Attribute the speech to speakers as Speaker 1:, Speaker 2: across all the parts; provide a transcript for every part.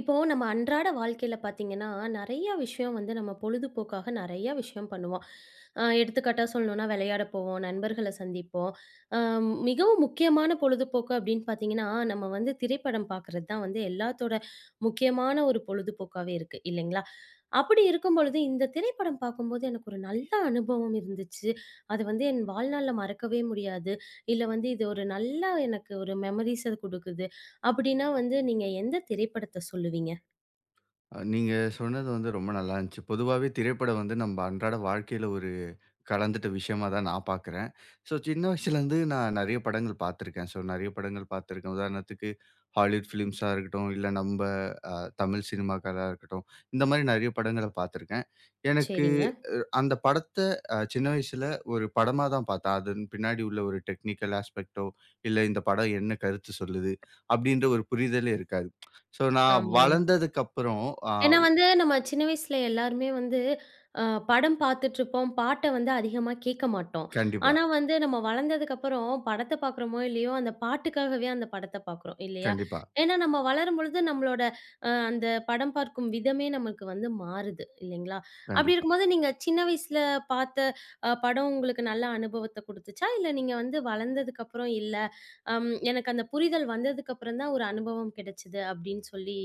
Speaker 1: இப்போ நம்ம அன்றாட வாழ்க்கையில பார்த்தீங்கன்னா, நெறைய விஷயம் வந்து நம்ம பொழுதுபோக்காக நெறைய விஷயம் பண்ணுவோம். எடுத்துக்காட்டா சொல்லணும்னா விளையாட போவோம், நண்பர்கள சந்திப்போம். அ மிகவும் முக்கியமான பொழுதுபோக்கு அப்படின்னு பார்த்தீங்கன்னா, நம்ம வந்து திரைப்படம் பார்க்குறது தான் வந்து எல்லாத்தோட முக்கியமான ஒரு பொழுதுபோக்காவே இருக்கு இல்லைங்களா? அப்படி இருக்கும் பொழுது இந்த திரைப்படம் பார்க்கும்போது எனக்கு ஒரு நல்ல அனுபவம் இருந்துச்சு. அது வந்து என் வாழ்நாள்ல மறக்கவே முடியாது. இல்ல வந்து இது ஒரு நல்ல எனக்கு ஒரு மெமரீஸ குடுக்குது. அப்படின்னா வந்து நீங்க எந்த திரைப்படத்த சொல்லுவீங்க?
Speaker 2: நீங்க சொன்னது வந்து ரொம்ப நல்லா இருந்துச்சு. பொதுவாவே திரைப்படம் வந்து நம்ம அன்றாட வாழ்க்கையில ஒரு கலந்துட்ட விஷயமா தான் நான் பார்க்குறேன். ஸோ சின்ன வயசுலேருந்து நான் நெறைய படங்கள் பார்த்துருக்கேன். ஸோ நெறைய படங்கள் பார்த்துருக்கேன். உதாரணத்துக்கு ஹாலிவுட் ஃபிலிம்ஸா இருக்கட்டும், இல்ல நம்ப அ தமிழ் சினிமாக்களா இருக்கட்டும், இந்த மாரி நெறைய படங்கள பார்த்துருக்கேன். எனக்கு
Speaker 1: சரிங்க.
Speaker 2: அந்த படத்த சின்ன வயசுல ஒரு படமா தான் பார்த்தேன். அதன் பின்னாடி உள்ள ஒரு டெக்னிக்கல் ஆஸ்பெக்ட்டோ, இல்ல இந்த படம் என்ன கருத்து சொல்லுது, அப்டின்ற ஒரு புரிதலே இருக்காது. ஸோ நான்
Speaker 1: ஆமா.
Speaker 2: வளர்ந்ததுக்கப்புறம் அ
Speaker 1: ஏன்னா வந்து, நம்ம சின்ன வயசுல எல்லாருமே வந்து, அ படம் பார்த்துட்டுருப்போம். பாட்ட வந்து அதிகமா கேட்க மாட்டோம்.
Speaker 2: கண்டிப்பா,
Speaker 1: ஆனா வந்து நம்ம வளர்ந்ததுக்கப்புறம் படத்த பார்க்குறோமோ, இல்லையோ அந்த பாட்டுக்காகவே அந்த படத்த பார்க்குறோம் இல்லையா?
Speaker 2: கண்டிப்பா,
Speaker 1: ஏன்னா நம்ம வளரும்பொழுது நம்மளோட அந்த படம் பார்க்கும் விதமே நமக்கு வந்து மாறுது இல்லைங்களா? அப்படி
Speaker 2: கண்டிப்பா.
Speaker 1: இருக்கும்போது நீங்க சின்ன வயசுல பார்த்த படம் உங்களுக்கு நல்ல அனுபவத்த குடுத்துச்சா? இல்ல நீங்க வந்து வளர்ந்ததுக்கப்புறம் இல்ல, எனக்கு அந்த புரிதல் வந்ததுக்கப்புறம் தான் ஒரு அனுபவம் கிடைச்சது அப்படின்னு சொல்லி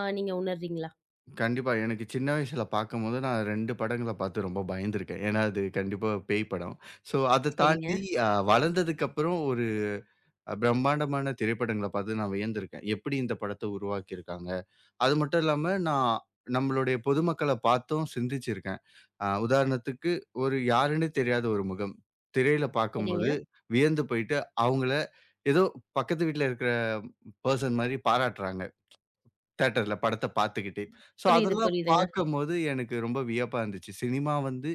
Speaker 1: நீங்க உணர்றீங்களா?
Speaker 2: கண்டிப்பா. எனக்கு சின்ன வயசுல பார்க்கும்போது, நான் 2 படங்கள பார்த்து ரொம்ப பயந்துருக்கேன். ஏன்னா, அது கண்டிப்பா பேய் படம். ஸோ, அத
Speaker 1: சரிங்க.
Speaker 2: தாண்டி வளர்ந்ததுக்கப்புறம் ஒரு பிரம்மாண்டமான திரைப்படங்கள பார்த்து நான் வியந்திருக்கேன். எப்படி இந்த படத்த உருவாக்கியிருக்காங்க? அது மட்டும் இல்லாம, நான் நம்மளுடைய பொதுமக்கள பார்த்தும் சிந்திச்சிருக்கேன். உதாரணத்துக்கு, ஒரு யாருன்னே தெரியாத ஒரு முகம். திரையில
Speaker 1: சரிங்க.
Speaker 2: பார்க்கும்போது வியந்து போயிட்டு, அவங்கள ஏதோ பக்கத்து வீட்ல இருக்கிற பெர்சன் மாரி பாராட்டுறாங்க. தியேட்டர்ல படத்த பார்த்துக்கிட்டு. ஸோ
Speaker 1: புரியுது,
Speaker 2: அதெல்லாம்
Speaker 1: புரியுதுங்க.
Speaker 2: பார்க்கும்போது எனக்கு ரொம்ப வியப்பா இருந்துச்சு. சினிமா வந்து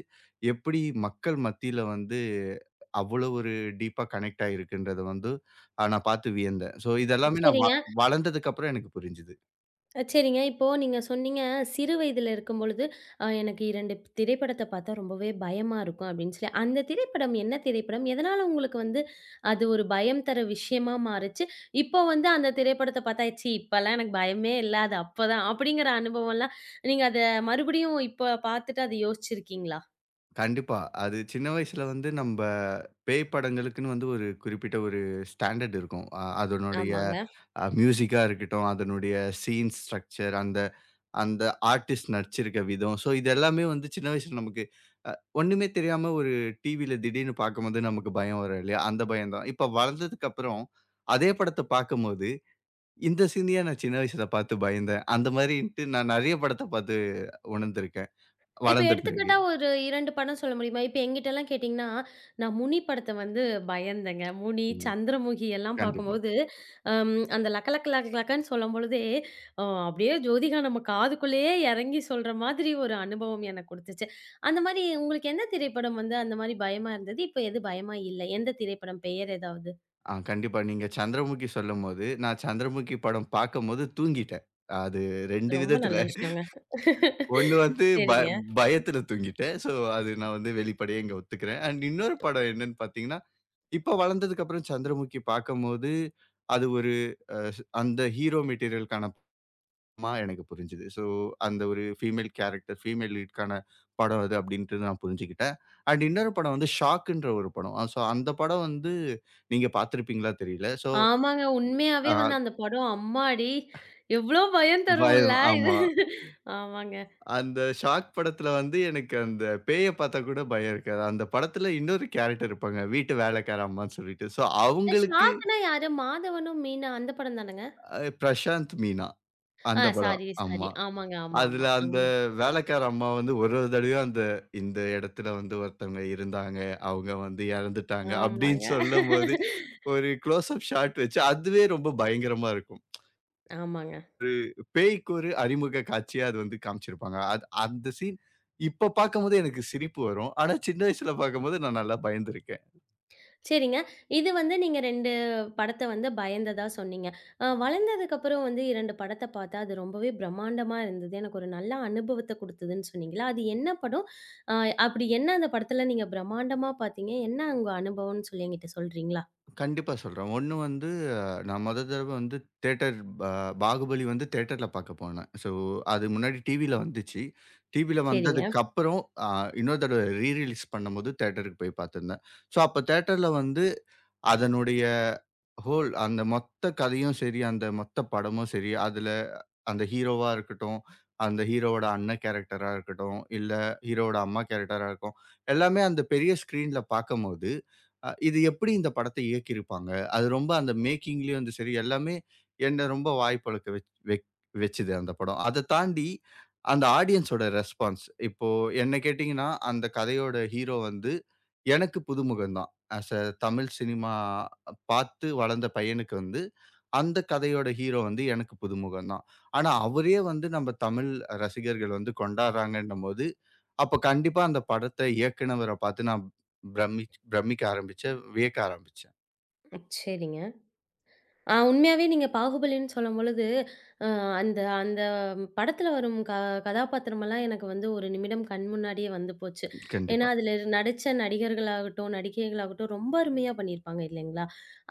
Speaker 2: எப்படி மக்கள் மத்தியில வந்து அவ்வளோ ஒரு டீப்பா கனெக்ட் ஆகியிருக்குன்றத வந்து நான் பார்த்து வியந்தேன். ஸோ இதெல்லாமே நான்
Speaker 1: சரிங்க,
Speaker 2: வளர்ந்ததுக்கு அப்புறம் எனக்கு புரிஞ்சுது.
Speaker 1: சரிங்க. இப்போ நீங்க சொன்னீங்க, சிறு வயதில இருக்கும்பொழுது, எனக்கு 2 திரைப்படத்த பார்த்தா ரொம்பவே பயமா இருக்கும் அப்படின்னு சொல்லி. அந்த திரைப்படம் என்ன திரைப்படம்? எதனால உங்களுக்கு வந்து அது ஒரு பயம் தர விஷயமா மாறுச்சு? இப்போ வந்து அந்த திரைப்படத்த பார்த்தா, "ச்சீ இப்பலாம் எனக்கு பயமே இல்ல. அது அப்பதான்." அப்படிங்கிற அனுபவம்லாம் நீங்க அத மறுபடியும் இப்ப பார்த்துட்டு அத யோசிச்சிருக்கீங்களா?
Speaker 2: கண்டிப்பா. அது சின்ன வயசுல வந்து நம்ப பேய் படங்களுக்குன்னு வந்து ஒரு குறிப்பிட்ட ஒரு ஸ்டாண்டர்ட் இருக்கும். அதனுடைய
Speaker 1: ஆமாங்க.
Speaker 2: மியூசிக்கா இருக்கட்டும், அதனுடைய சீன் ஸ்ட்ரக்சர் அந்த அந்த ஆர்டிஸ்ட் நடிச்சிருக்க விதம். ஸோ இது எல்லாமே வந்து சின்ன வயசுல நமக்கு ஒண்ணுமே தெரியாம ஒரு டிவில திடீர்னு பார்க்கும்போது நமக்கு பயம் வரும் இல்லையா? அந்த பயம் தான். இப்ப வளர்ந்ததுக்கு அப்புறம் அதே படத்த பார்க்கும்போது, இந்த சீனயா நான் சின்ன வயசுல பார்த்து பயந்தேன். அந்த மாரின்ட்டு நான் நெறைய படத்த பார்த்து உணர்ந்திருக்கேன்.
Speaker 1: இப்ப
Speaker 2: வளர்ந்த பிறகு.
Speaker 1: எடுத்துக்காட்டா ஒரு 2 படம் சொல்ல முடியுமா? இப்ப என்கிட்டலாம் கேட்டீங்கன்னா, நான் 'முனி' படத்த வந்து பயந்தேங்க. 'முனி',
Speaker 2: ம்.
Speaker 1: 'சந்திரமுகி' எல்லாம்
Speaker 2: கண்டிப்பா.
Speaker 1: பார்க்கும்போது, அம் அந்த லக்க லக்க லக்க லக்கன்னு சொல்லும்பொழுதே, அப்படியே ஜோதிகா நம்ம காதுக்குள்ளேயே இறங்கி சொல்ற மாதிரி ஒரு அனுபவம் எனக்கு குடுத்துச்சு. அந்த மாரி உங்களுக்கு எந்த திரைப்படம் வந்து அந்த மாரி பயமா இருந்தது? இப்ப எது பயமா இல்ல? எந்த திரைப்படம் பெயர் ஏதாவது?
Speaker 2: ஆ கண்டிப்பா. நீங்க சந்திரமுகி சொல்லும்போது, நான் சந்திரமுகி படம் பார்க்கும்போது தூங்கிட்டேன். அது 2
Speaker 1: ரொம்ப
Speaker 2: விதத்துல.
Speaker 1: நல்ல விஷயங்க.
Speaker 2: ஒண்ணு வந்து
Speaker 1: சரிங்க.
Speaker 2: பயத்துல தூங்கிட்டேன். ஸோ அது நான் வந்து வெளிப்படையா இங்க ஒத்துக்கிறேன். அண்ட் இன்னொரு படம் என்னன்னு பார்த்தீங்கன்னா இப்ப வளர்ந்ததுக்கு அப்புறம் சந்திரமுகி பார்க்கும்போது, அது ஒரு அ அந்த ஹீரோ மெட்டீரியலுக்கான படமா எனக்கு புரிஞ்சுது. ஸோ, அந்த ஒரு ஃபீமேல் கேரக்டர், ஃபீமேல் லீட்க்கான படம் அது அப்படின்ட்டு நான் புரிஞ்சுக்கிட்டேன். அண்ட் இன்னொரு படம் வந்து ஷாக்குன்ற ஒரு படம். ஸோ, அந்த படம் வந்து நீங்க பார்த்திருப்பீங்களா தெரியல. ஸோ,
Speaker 1: ஆமாங்க. உண்மையாவே வந்து
Speaker 2: அ
Speaker 1: அந்த படம் அம்மாடி! எவ்ளோ பயம் தரும்ல
Speaker 2: பயம்
Speaker 1: இது.
Speaker 2: ஆமா.
Speaker 1: ஆமாங்க.
Speaker 2: அந்த ஷாக் படத்துல வந்து எனக்கு அந்த பேய பார்த்தா கூட பயம் இருக்காது. அந்த படத்துல இன்னொரு கேரக்டர் இருப்பாங்க. வீட்டு வேலைக்கார அம்மான்னு சொல்லிட்டு. ஸோ, அவங்களுக்கு
Speaker 1: ஷார்க்னா யாரு? மாதவனும் மீனா அந்த படம் தானங்க?
Speaker 2: அ பிரசாந்த், மீனா
Speaker 1: ஆ
Speaker 2: அந்த படம்.
Speaker 1: Sorry, sorry.
Speaker 2: ஆமா.
Speaker 1: ஆமாங்க. ஆமா, ஆமா.
Speaker 2: அதுல அந்த
Speaker 1: ஆமா.
Speaker 2: வேலைக்கார அம்மா வந்து ஒரு ஒரு தடவையும் அந்த இந்த இடத்துல வந்து ஒருத்தவங்க இருந்தாங்க. அவங்க வந்து இறந்துட்டாங்க அப்படின்னு
Speaker 1: ஆமாங்க.
Speaker 2: சொல்லும்போது, ஒரு க்ளோஸ் அப் ஷாட் வச்சு அதுவே ரொம்ப பயங்கரமா இருக்கும்.
Speaker 1: ஆமாங்க.
Speaker 2: பேய்க்கு ஒரு அறிமுக காட்சியா அது வந்து காமிச்சிருப்பாங்க. அது அந்த சீன் இப்ப பார்க்கும்போது எனக்கு சிரிப்பு வரும். ஆனா சின்ன வயசுல பார்க்கும்போது நான் நல்லா பயந்திருக்கேன்.
Speaker 1: சரிங்க. இது வந்து நீங்க 2 படத்த வந்து பயந்ததா சொன்னீங்க. வளர்ந்ததுக்கப்புறம் வந்து 2 படத்த பாத்து அது ரொம்பவே பிரம்மாண்டமா இருந்தது. எனக்கு ஒரு நல்ல அனுபவத்த குடுத்ததுன்னு சொன்னீங்களா? அது என்ன படம்? அ அப்படி என்ன அந்த படத்துல நீங்க பிரம்மாண்டமா பாத்தீங்க? என்ன உங்க அனுபவம்னு சொல்லி என்கிட்ட சொல்றீங்களா?
Speaker 2: கண்டிப்பா சொல்றேன். 1 வந்து நான் மொத தடவ வந்து தியேட்டர் பா பாகுபலி வந்து தியேட்டர்ல பார்க்க போனேன். ஸோ, அது முன்னாடி டிவில வந்துச்சு. டிவில
Speaker 1: சரிங்க.
Speaker 2: வந்ததுக்கப்புறம் அ இன்னொரு தடவ ரீ ரிலீஸ் பண்ணும்போது தியேட்டருக்கு போய் பார்த்துருந்தேன். ஸோ, அப்ப தியேட்டர்ல வந்து அதனுடைய ஹோல் அந்த மொத்த கதையும் சரி, அந்த மொத்த படமும் சரி, அதுல அந்த ஹீரோவா இருக்கட்டும், அந்த ஹீரோவோட அண்ணன் கேரக்டரா இருக்கட்டும், இல்ல ஹீரோவோட அம்மா கேரக்டரா இருக்கும். எல்லாமே அந்த பெரிய ஸ்க்ரீன்ல பார்க்கும்போது, இது எப்படி இந்த படத்த இயக்கியிருப்பாங்க? அது ரொம்ப அந்த மேக்கிங்லயும் வந்து சரி, எல்லாமே என்ன ரொம்ப வாய் பொழக்க வச்சுது அந்த படம். அத தாண்டி அந்த ஆடியன்ஸோட ரெஸ்பான்ஸ். இப்போ என்ன கேட்டீங்கன்னா, அந்த கதையோட ஹீரோ வந்து எனக்கு புதுமுகந்தான். ஆஸ் அ தமிழ் சினிமா பார்த்து வளர்ந்த பையனுக்கு வந்து, அந்த கதையோட ஹீரோ வந்து எனக்கு புதுமுகம் தான். ஆனா, அவரே வந்து நம்ம தமிழ் ரசிகர்கள் வந்து கொண்டாடுறாங்கன்னும்போது, அப்ப கண்டிப்பா அந்த படத்த இயக்குனவர பார்த்து நான் பிரமிக்க ஆரம்பிச்சேன். வியக்க ஆரம்பிச்சேன்.
Speaker 1: சரிங்க. ஆ உண்மையாவே நீங்க பாகுபலின்னு சொல்லும்பொழுது, அ அந்த அந்த படத்துல வரும் கதாபாத்திரமெல்லாம் எனக்கு வந்து ஒரு நிமிடம் கண் முன்னாடியே வந்து போச்சு. ஏன்னா,
Speaker 2: கண்டிப்பா.
Speaker 1: அதுல நடிச்ச நடிகர்களாகட்டும், நடிகைகளாகட்டும் ரொம்ப அருமையா பண்ணியிருப்பாங்க இல்லைங்களா?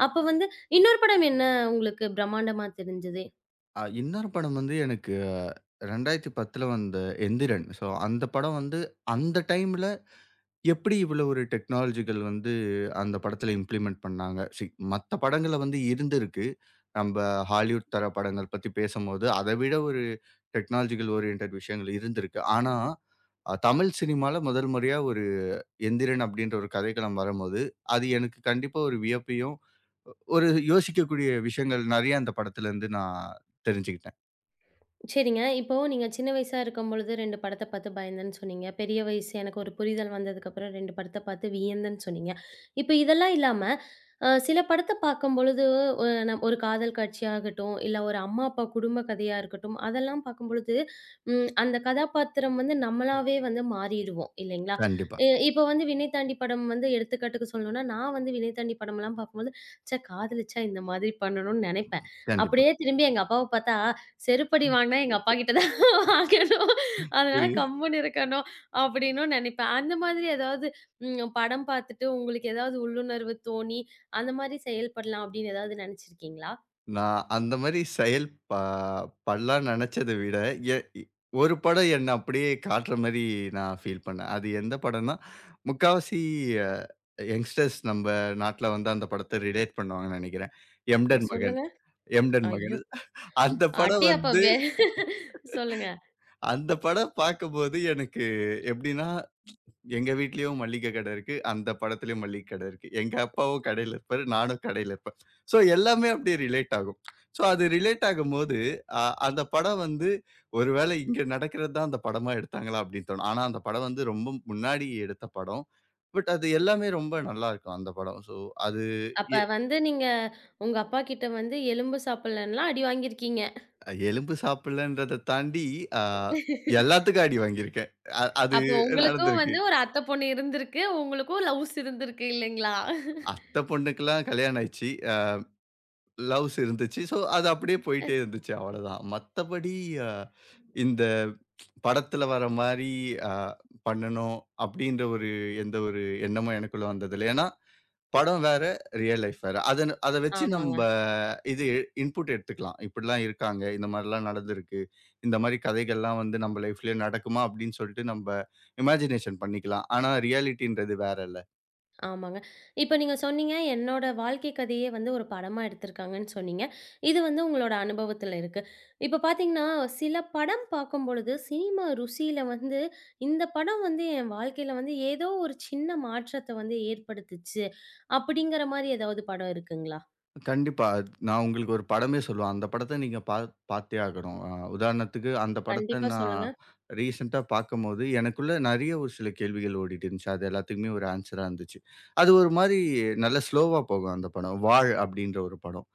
Speaker 1: அப்ப வந்து இன்னொரு படம் என்ன உங்களுக்கு பிரம்மாண்டமா தெரிஞ்சது?
Speaker 2: இன்னொரு படம் வந்து எனக்கு 2010ல வந்த எந்திரன். ஸோ அந்த படம் வந்து அந்த டைம்ல எப்படி இவ்வளோ ஒரு டெக்னாலஜிகள் வந்து அந்த படத்துல இம்ப்ளிமெண்ட் பண்ணாங்க? மத்த படங்கள்ல வந்து இருந்திருக்கு. நம்ப ஹாலிவுட் தர படங்கள் பத்தி பேசம்போது, அதை விட ஒரு டெக்னாலஜிக்கல் ஓரியன்டட் விஷயங்கள் இருந்திருக்கு. ஆனா, தமிழ் சினிமால முதல் முறையா ஒரு எந்திரன் அப்படின்ற ஒரு கதைக்களம் வரம்போது, அது எனக்கு கண்டிப்பா ஒரு வியப்பையும், ஒரு யோசிக்கக்கூடிய விஷயங்கள் நெறைய அந்த படத்துலருந்து நான் தெரிஞ்சுக்கிட்டேன்.
Speaker 1: சரிங்க. இப்போ நீங்க சின்ன வயசா இருக்கும்பொழுது 2 படத்த பார்த்து பயந்தேன்னு சொன்னீங்க. பெரிய வயசு எனக்கு ஒரு புரிதல் வந்ததுக்கப்புறம் 2 படத்த பார்த்து வியந்தேன்னு சொன்னீங்க. இப்ப இதெல்லாம் இல்லாம, சில படத்த பார்க்கும்பொழுது ஒ நம் ஒரு காதல் காட்சியாகட்டும், இல்ல ஒரு அம்மா, அப்பா குடும்ப கதையா இருக்கட்டும், அதெல்லாம் பார்க்கும்பொழுது, அந்த கதாபாத்திரம் வந்து நம்மளாவே வந்து மாறிடுவோம் இல்லைங்களா?
Speaker 2: கண்டிப்பா,
Speaker 1: இப்போ வந்து விண்ணை தாண்டி படம் வந்து எடுத்துக்காட்டுக்கு சொல்லணும்னா, நான் வந்து விண்ணை தாண்டி படம்லாம் பார்க்கும்போது, ச்சே! காதலிச்சா இந்த மாதிரி பண்ணணும்னு நெனைப்பேன்.
Speaker 2: கண்டிப்பா.
Speaker 1: அப்படியே திரும்பி எங்க அப்பாவ பார்த்தா, செருப்படி வாங்குனா எங்க அப்பாகிட்ட தான் வாங்கணும். அதனால
Speaker 2: புரியுது.
Speaker 1: கம்முனு இருக்கணும் அப்டின்னும் நெனைப்பேன். அந்த மாதிரி ஏதாவது படம் பார்த்துட்டு உங்களுக்கு ஏதாவது உள்ளுணர்வு தோணி, அந்த மாரி செயல்படலாம் அப்டின்னு ஏதாவது நெனச்சிருக்கீங்களா?
Speaker 2: நான் அந்த மாரி செயல் ப படலான்னு நெனச்சத விட, எ இ ஒரு படம் என்ன அப்படியே காட்டுற மாரி நான் ஃபீல் பண்ணேன். அது எந்த படம்னா, முக்காவாசி அ யங்ஸ்டர்ஸ் நம்ப நாட்ல வந்து அந்த படத்த ரிலேட் பண்ணுவாங்கன்னு நெனைக்கிறேன். எம்டன் மகன்,
Speaker 1: சொல்லுங்க.
Speaker 2: எம்டன்
Speaker 1: ஐயோ!
Speaker 2: மகன். அந்த படம்
Speaker 1: அடி அப்ப
Speaker 2: வந்து
Speaker 1: சொல்லுங்க.
Speaker 2: அந்த படம் பாக்கும்போது எனக்கு எப்படின்னா எங்க வீட்லயும் மளிகை கடை இருக்கு. அந்த படத்துலயும் மளிகை கடை இருக்கு. எங்க அப்பாவும் கடையில இருப்பாரு. நானும் கடையில இருப்பேன். ஸோ எல்லாமே அப்படியே ரிலேட் ஆகும். ஸோ அது ரிலேட் ஆகும்போது, அந்த படம் வந்து ஒருவேளை இங்க நடக்கிறது தான் அந்த படமா எடுத்தாங்களா அப்படின்னு தோணும். ஆனா அந்த படம் வந்து ரொம்ப முன்னாடி எடுத்த படம். பட் அது எல்லாமே ரொம்ப நல்லாருக்கும் அந்த படம். ஸோ அது
Speaker 1: அப்ப
Speaker 2: எ
Speaker 1: வந்து நீங்க உங்க அப்பாகிட்ட வந்து எலும்பு சாப்பிடலன்னா அடி வாங்கியிருக்கீங்க.
Speaker 2: எலும்பு சாப்பிடலன்றத தாண்டி அ எல்லாத்துக்கும் அடி வாங்கியிருக்கேன். அது
Speaker 1: அப்போ உங்களுக்கும்
Speaker 2: நடந்திருக்கு.
Speaker 1: வந்து ஒரு அத்த பொண்ணு இருந்திருக்கு. உங்களுக்கும் லவ்ஸ் இருந்திருக்கு இல்லைங்களா?
Speaker 2: அத்தை பொண்ணுக்கெல்லாம் கல்யாணம் ஆயிடுச்சு. லவ்ஸ் இருந்துச்சு. ஸோ, அது அப்படியே போயிட்டே இருந்துச்சு. அவ்வளதான். மத்தபடி அ இந்த படத்துல வர மாரி அ பண்ணணும் அப்படின்ற ஒரு எந்த ஒரு எண்ணமும் எனக்குள்ள வந்ததில்ல. ஏன்னா, படம் வேற, ரியல் லைஃப் வேற. அதன் அத வச்சு
Speaker 1: ஆமாங்க.
Speaker 2: நம்ப இது இன்புட் எடுத்துக்கலாம். இப்படிலாம் இருக்காங்க. இந்த மாரிலாம் நடந்திருக்கு. இந்த மாரி கதைகள்லாம் வந்து நம்ம லைஃப்லயே நடக்குமா அப்படின்னு சொல்லிட்டு நம்ப இமேஜினேஷன் பண்ணிக்கலாம். ஆனா, ரியாலிட்டின்றது வேறல்ல.
Speaker 1: ஆமாங்க. இப்ப நீங்க சொன்னீங்க, என்னோட வாழ்க்கை கதையே வந்து ஒரு படமா எடுத்திருக்காங்கன்னு சொன்னீங்க. இது வந்து உங்களோட அனுபவத்துல இருக்கு. இப்ப பார்த்தீங்கன்னா, சில படம் பார்க்கும்பொழுது, சினிமா ருசியில வந்து, இந்த படம் வந்து என் வாழ்க்கையில வந்து ஏதோ ஒரு சின்ன மாற்றத்த வந்து ஏற்படுத்துச்சு, அப்படிங்கிற மாரி ஏதாவது படம் இருக்குங்களா?
Speaker 2: கண்டிப்பா. அது நான் உங்களுக்கு ஒரு படமே சொல்லுவேன். அந்த படத்த நீங்க பாத்தே ஆகணும். உதாரணத்துக்கு அந்த படத்த
Speaker 1: கண்டிப்பா
Speaker 2: நான்
Speaker 1: சொல்லுங்க.
Speaker 2: ரீசென்ட்டா பாக்கும்போது, எனக்குள்ள நெறைய ஒரு சில கேள்விகள் ஓடிட்டு இருந்துச்சு. அது எல்லாத்துக்குமே ஒரு ஆன்ஸரா இருந்துச்சு. அது ஒரு மாரி நல்ல ஸ்லோவா போகும் அந்த படம். "வாழ்" அப்படின்ற ஒரு படம்.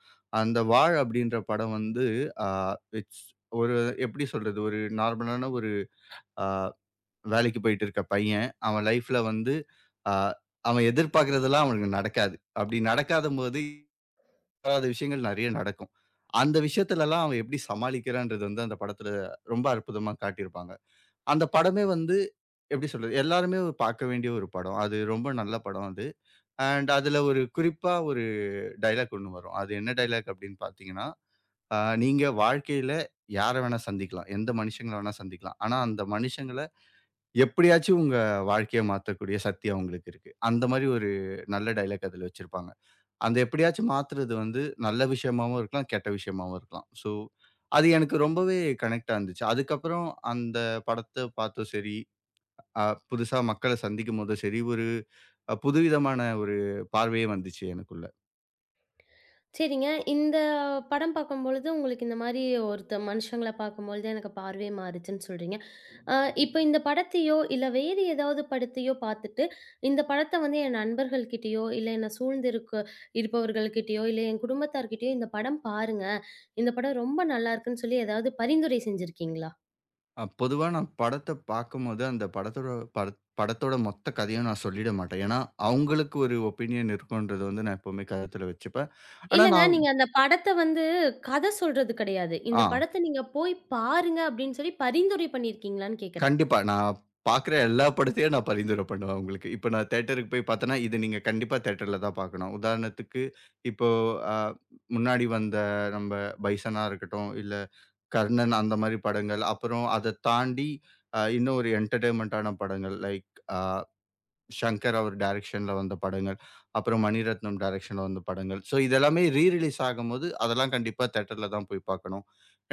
Speaker 2: அந்த "வாழ்" அப்படின்ற படம் வந்து அ இட்ஸ் ஒரு எப்படி சொல்றது? ஒரு நார்மலான ஒரு அ வேலைக்கு போயிட்டு இருக்க பையன். அவன் லைஃப்ல வந்து அ அவன் எதிர்பார்க்கிறதெல்லாம் அவனுக்கு நடக்காது. அப்படி நடக்காதம்போது நடக்காத விஷயங்கள் நெறைய நடக்கும். அந்த விஷயத்துலலாம் அவன் எப்படி சமாளிக்கிறான்றது வந்து அந்த படத்துல ரொம்ப அற்புதமா காட்டியிருப்பாங்க. அந்த படமே வந்து எப்படி சொல்றது? எல்லாருமே ஒரு பார்க்க வேண்டிய ஒரு படம். அது ரொம்ப நல்ல படம் அது. அண்ட் அதுல ஒரு குறிப்பா ஒரு டயலாக் ஒண்ணு வரும். அது என்ன டயலாக் அப்படின்னு பார்த்தீங்கன்னா, அ நீங்க வாழ்க்கையில யார வேணா சந்திக்கலாம். எந்த மனுஷங்கள வேணா சந்திக்கலாம். ஆனா அந்த மனுஷங்கள எப்படியாச்சும் உங்க வாழ்க்கைய மாத்தக்கூடிய சக்தி அவங்களுக்கு இருக்கு. அந்த மாரி ஒரு நல்ல டயலாக் அதுல வச்சிருப்பாங்க. அந்த எப்படியாச்சும் மாத்துறது வந்து நல்ல விஷயமாவும் இருக்கலாம், கெட்ட விஷயமாவும் இருக்கலாம். ஸோ, அது எனக்கு ரொம்பவே கனெக்ட்டா இருந்துச்சு. அதுக்கப்புறம் அந்த படத்த பார்த்தும் சரி, அ புதுசா மக்கள சந்திக்கும்போதும் சரி, ஒரு புதுவிதமான ஒரு பார்வையே வந்துச்சு எனக்குள்ள.
Speaker 1: சரிங்க. இந்த படம் பார்க்கும்பொழுது, உங்களுக்கு இந்த மாரி ஒருத்த மனுஷங்கள பார்க்கும்பொழுது எனக்கு பார்வை மாறுச்சுன்னு சொல்றீங்க. அ இப்ப இந்த படத்தையோ, இல்ல வேறு ஏதாவது படத்தையோ பார்த்துட்டு, இந்த படத்த வந்து என் நண்பர்கள்கிட்டயோ, இல்ல என்ன சூழ்ந்திருக்கு இருப்பவர்கள்கிட்டயோ, இல்ல என் குடும்பத்தார்கிட்டயோ, "இந்த படம் பாருங்க. இந்த படம் ரொம்ப நல்லாருக்குன்னு" சொல்லி ஏதாவது பரிந்துரை செஞ்சிருக்கீங்களா?
Speaker 2: பொதுவா நான் படத்த பார்க்கும்போது, அந்த படத்தோட படத்தோட மொத்த கதையும் நான் சொல்லிட மாட்டேன். ஏன்னா, அவங்களுக்கு ஒரு ஒப்பீனியன் இருக்கும்ன்றத வந்து நான் எப்பவுமே கருத்துல வச்சுப்பேன். ஆனா
Speaker 1: இல்லங்க.
Speaker 2: நான்
Speaker 1: நீங்க அந்த படத்த வந்து கத சொல்றது கிடையாது. இந்த
Speaker 2: ஆ.
Speaker 1: படத்த நீங்க போய் பாருங்க அப்படின்னு சொல்லி பரிந்துரை பண்ணியிருக்கீங்களான்னு கேட்குறேன்.
Speaker 2: கண்டிப்பா. நான் பார்க்குற எல்லா படத்தையும் நான் பரிந்துரை பண்ணுவேன் உங்களுக்கு. இப்ப நான் தியேட்டருக்கு போய் பார்த்தேன்னா, இது நீங்க கண்டிப்பா தியேட்டர்ல தான் பார்க்கணும். உதாரணத்துக்கு, இப்போ அ முன்னாடி வந்த நம்ப பைசனா இருக்கட்டும், இல்ல கர்ணன் அந்த மாரி படங்கள். அப்புறம் அத தாண்டி இன்னும் ஒரு என்டர்டெயின்மென்ட்டான படங்கள் லைக் அ 'ஷங்கர்' அவர் டைரக்ஷன்ல வந்த படங்கள். அப்புறம் மணிரத்னம் டைரக்ஷன்ல வந்த படங்கள். ஸோ இது எல்லாமே ரீ ரிலீஸ் ஆகும்போது, அதெல்லாம் கண்டிப்பா தியேட்டர்ல தான் போய் பார்க்கணும்.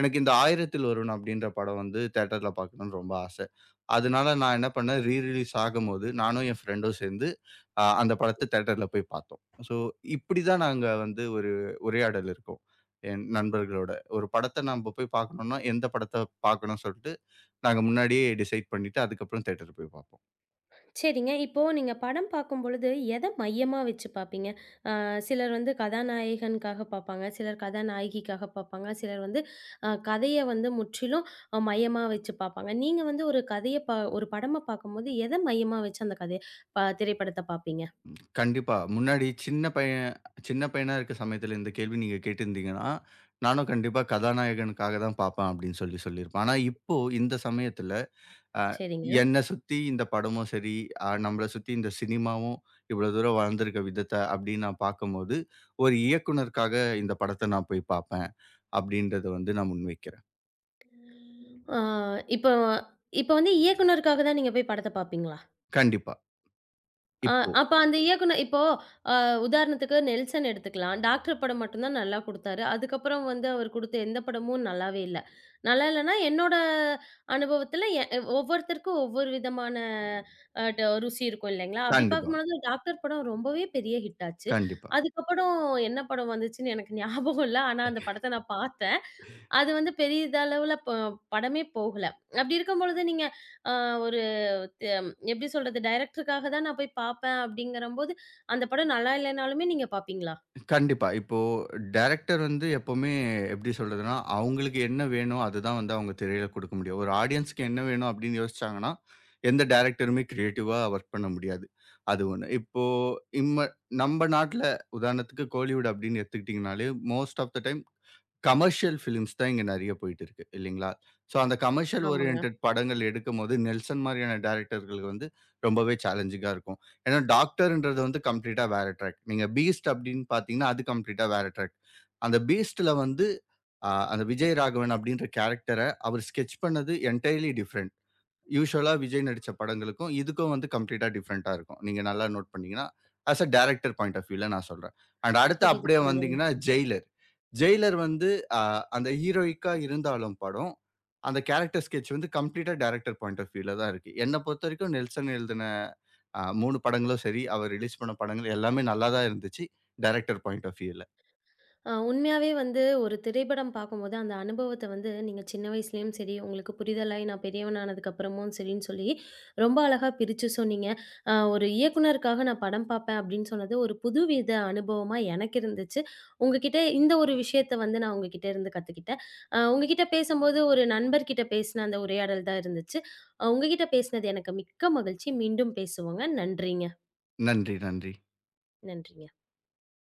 Speaker 2: எனக்கு இந்த "ஆயிரத்தில் ஒருவன்" அப்படின்ற படம் வந்து தியேட்டர்ல பார்க்கணும்னு ரொம்ப ஆசை. அதனால நான் என்ன பண்ணேன், ரீ ரிலீஸ் ஆகும்போது நானும் என் ஃப்ரெண்டும் சேர்ந்து அந்த படத்த தியேட்டர்ல போய் பார்த்தோம். ஸோ இப்படி தான் நாங்க வந்து ஒரு உரையாடல் இருக்கோம், என் நண்பர்களோட. ஒரு படத்த நம்ப போய் பார்க்கணும்னா, எந்த படத்த பார்க்கணும்னு சொல்ட்டு, நாங்க முன்னாடியே டிசைட் பண்ணிட்டு, அதுக்கப்புறம் தியேட்டர் போய் பார்ப்போம்.
Speaker 1: சரிங்க. இப்போ நீங்க படம் பார்க்கும் பொழுது எத மையமா வச்சு பார்ப்பீங்க? சிலர் வந்து கதாநாயகனுக்காக பார்ப்பாங்க. சிலர் கதாநாயகிக்காக பார்ப்பாங்க. சிலர் வந்து கதைய வந்து முற்றிலும் மையமா வச்சு பார்ப்பாங்க. நீங்க வந்து ஒரு கதைய ஒரு படமா பார்க்கும்போது எத மையமா வச்சு அந்த கதைய திரைப்படத்த பார்ப்பீங்க?
Speaker 2: கண்டிப்பா. முன்னாடி சின்ன பையனா இருக்க சமயத்துல இந்த கேள்வி நீங்க கேட்டிருந்தீங்கன்னா, நானும் கண்டிப்பா கதாநாயகனுக்காக தான் பார்ப்பேன் அப்படின்னு சொல்லி சொல்லியிருப்பேன். ஆனா இப்போ இந்த சமயத்துல அ
Speaker 1: சரிங்க.
Speaker 2: என்ன சுத்தி இந்த படமும் சரி, நம்மள சுத்தி இந்த சினிமாவும் இவ்வளோ தூரம் வளர்ந்திருக்க விதத்த அப்படின்னு நான் பார்க்கும்போது, ஒரு இயக்குனருக்காக இந்த படத்த நான் போய் பார்ப்பேன் அப்படின்றத வந்து நான் முன்வைக்கிறேன்.
Speaker 1: ஆ இப்போ இப்போ வந்து இயக்குனருக்காக தான் நீங்க போய் படத்த பார்ப்பீங்களா?
Speaker 2: கண்டிப்பா.
Speaker 1: ஆ
Speaker 2: இப்போ.
Speaker 1: அப்ப அந்த இயக்குனர் இப்போ அ உதாரணத்துக்கு 'நெல்சன்' எடுத்துக்கலாம். டாக்டர் படம் மட்டும் தான் நல்லா குடுத்தாரு. அதுக்கப்புறம் வந்து அவர் குடுத்த எந்த படமும் நல்லாவே இல்ல. நல்லா இல்லன்னா, என்னோட அனுபவத்துல எ எ- ஒவ்வொருத்தருக்கும் ஒவ்வொரு விதமான அ ட ருசி இருக்கும் இல்லைங்களா? அப்படி
Speaker 2: கண்டிப்பா,
Speaker 1: பார்க்கும்பொழுது டாக்டர் படம் ரொம்பவே பெரிய ஹிட் ஆச்சு.
Speaker 2: கண்டிப்பா.
Speaker 1: அதுக்கப்புறம் என்ன படம் வந்துச்சுன்னு எனக்கு ஞாபகம் இல்ல. ஆனா அந்த படத்த நான் பார்த்தேன். அது வந்து பெரியதளவுல படமே போகல. அப்படி இருக்கும் பொழுது நீங்க அ ஒரு எப்படி சொல்றது? டைரக்டருக்காக தான் நான் போய் பாப்பேன் அப்படிங்கிறம்போது, அந்த படம் நல்லா இல்லனாலுமே நீங்க பாப்பீங்களா?
Speaker 2: கண்டிப்பா. இப்போ டைரக்டர் வந்து எப்பவுமே எப்படி சொல்றதுன்னா, அவங்களுக்கு என்ன வேணும்? அதுதான் வந்து அவங்க திரையில குடுக்க முடியும். ஒரு ஆடியன்ஸ்க்கு என்ன வேணும்? அப்படின்னு யோசிச்சாங்கன்னா, எந்த டைரக்டருமே கிரியேட்டிவா வொர்க் பண்ண முடியாது. அது ஒண்ணு. இப்போ, இம்ம நம்ம நாட்ல உதாரணத்துக்கு கோலிவுட் அப்படின்னு எடுத்துக்கிட்டீங்கனாலே, most of the time commercial films தான் இங்க நெறைய போயிட்டு இருக்கு இல்லைங்களா? ஸோ அந்த கமர்ஷியல்
Speaker 1: ஆமாங்க.
Speaker 2: ஓரியன்டட் படங்கள் எடுக்கும்போது, நெல்சன் மாரியான டைரக்டர்களுக்கு வந்து ரொம்பவே சேலஞ்சிங்கா இருக்கும். ஏன்னா, டாக்டர்ன்றது வந்து கம்ப்ளீட்டா வேற ட்ராக். நீங்க பீஸ்ட் அப்டின்னு பார்த்தீங்கன்னா, அது கம்ப்ளீட்டா வேற ட்ராக். அந்த பீஸ்ட்ல வந்து அந்த விஜய் ராகவன் அப்படின்ற கேரக்டர அவர் ஸ்கெட்ச் பண்ணது என்டையர்லி டிஃபரெண்ட். யூசுவலா விஜய் நடிச்ச படங்களுக்கும், இதுக்கும் வந்து கம்ப்ளீட்டா டிஃப்ரெண்ட்டா இருக்கும். நீங்க நல்லா நோட் பண்ணீங்கன்னா, as a director point of வியூல நான் சொல்றேன். அண்ட் அடுத்து
Speaker 1: புரியுது,
Speaker 2: அப்படியே
Speaker 1: புரியுதுங்க.
Speaker 2: வந்தீங்கன்னா, ஜெயிலர். ஜெயிலர் வந்து அ அந்த ஹீரோயிக்கா இருந்தாலும் படம், அந்த கேரக்டர் ஸ்கெட்ச் வந்து கம்ப்ளீட்டா டைரக்டர் பாயிண்ட் ஆஃப் வியூல தான் இருக்கு. என்ன பொறுத்தவரைக்கும் நெல்சன் எழுதின 3 படங்களும் சரி, அவர் ரிலீஸ் பண்ண படங்கள் எல்லாமே நல்லா தான் இருந்துச்சு, டைரக்டர் பாயிண்ட் ஆஃப் வியூல.
Speaker 1: உண்மையாவே வந்து ஒரு திரைப்படம் பார்க்கும்போது, அந்த அனுபவத்த வந்து நீங்க சின்ன வயசுலயும் சரி, உங்களுக்கு புரிதலாயி நான் பெரியவனானதுக்கப்புறமும் சரின்னு சொல்லி, ரொம்ப அழகா பிரிச்சு சொன்னீங்க. ஒரு இயக்குனருக்காக நான் படம் பார்ப்பேன் அப்படின்னு சொன்னது ஒரு புதுவித அனுபவமா எனக்கு இருந்துச்சு. உங்ககிட்ட இந்த ஒரு விஷயத்த வந்து நான் உங்ககிட்ட இருந்து கத்துக்கிட்டேன். உங்ககிட்ட பேசும்போது ஒரு நண்பர்கிட்ட பேசின அந்த உரையாடல் தான் இருந்துச்சு. உங்ககிட்ட பேசினது எனக்கு மிக்க மகிழ்ச்சி. மீண்டும் பேசுவோங்க. நன்றிங்க.
Speaker 2: நன்றி, நன்றி.
Speaker 1: நன்றிங்க.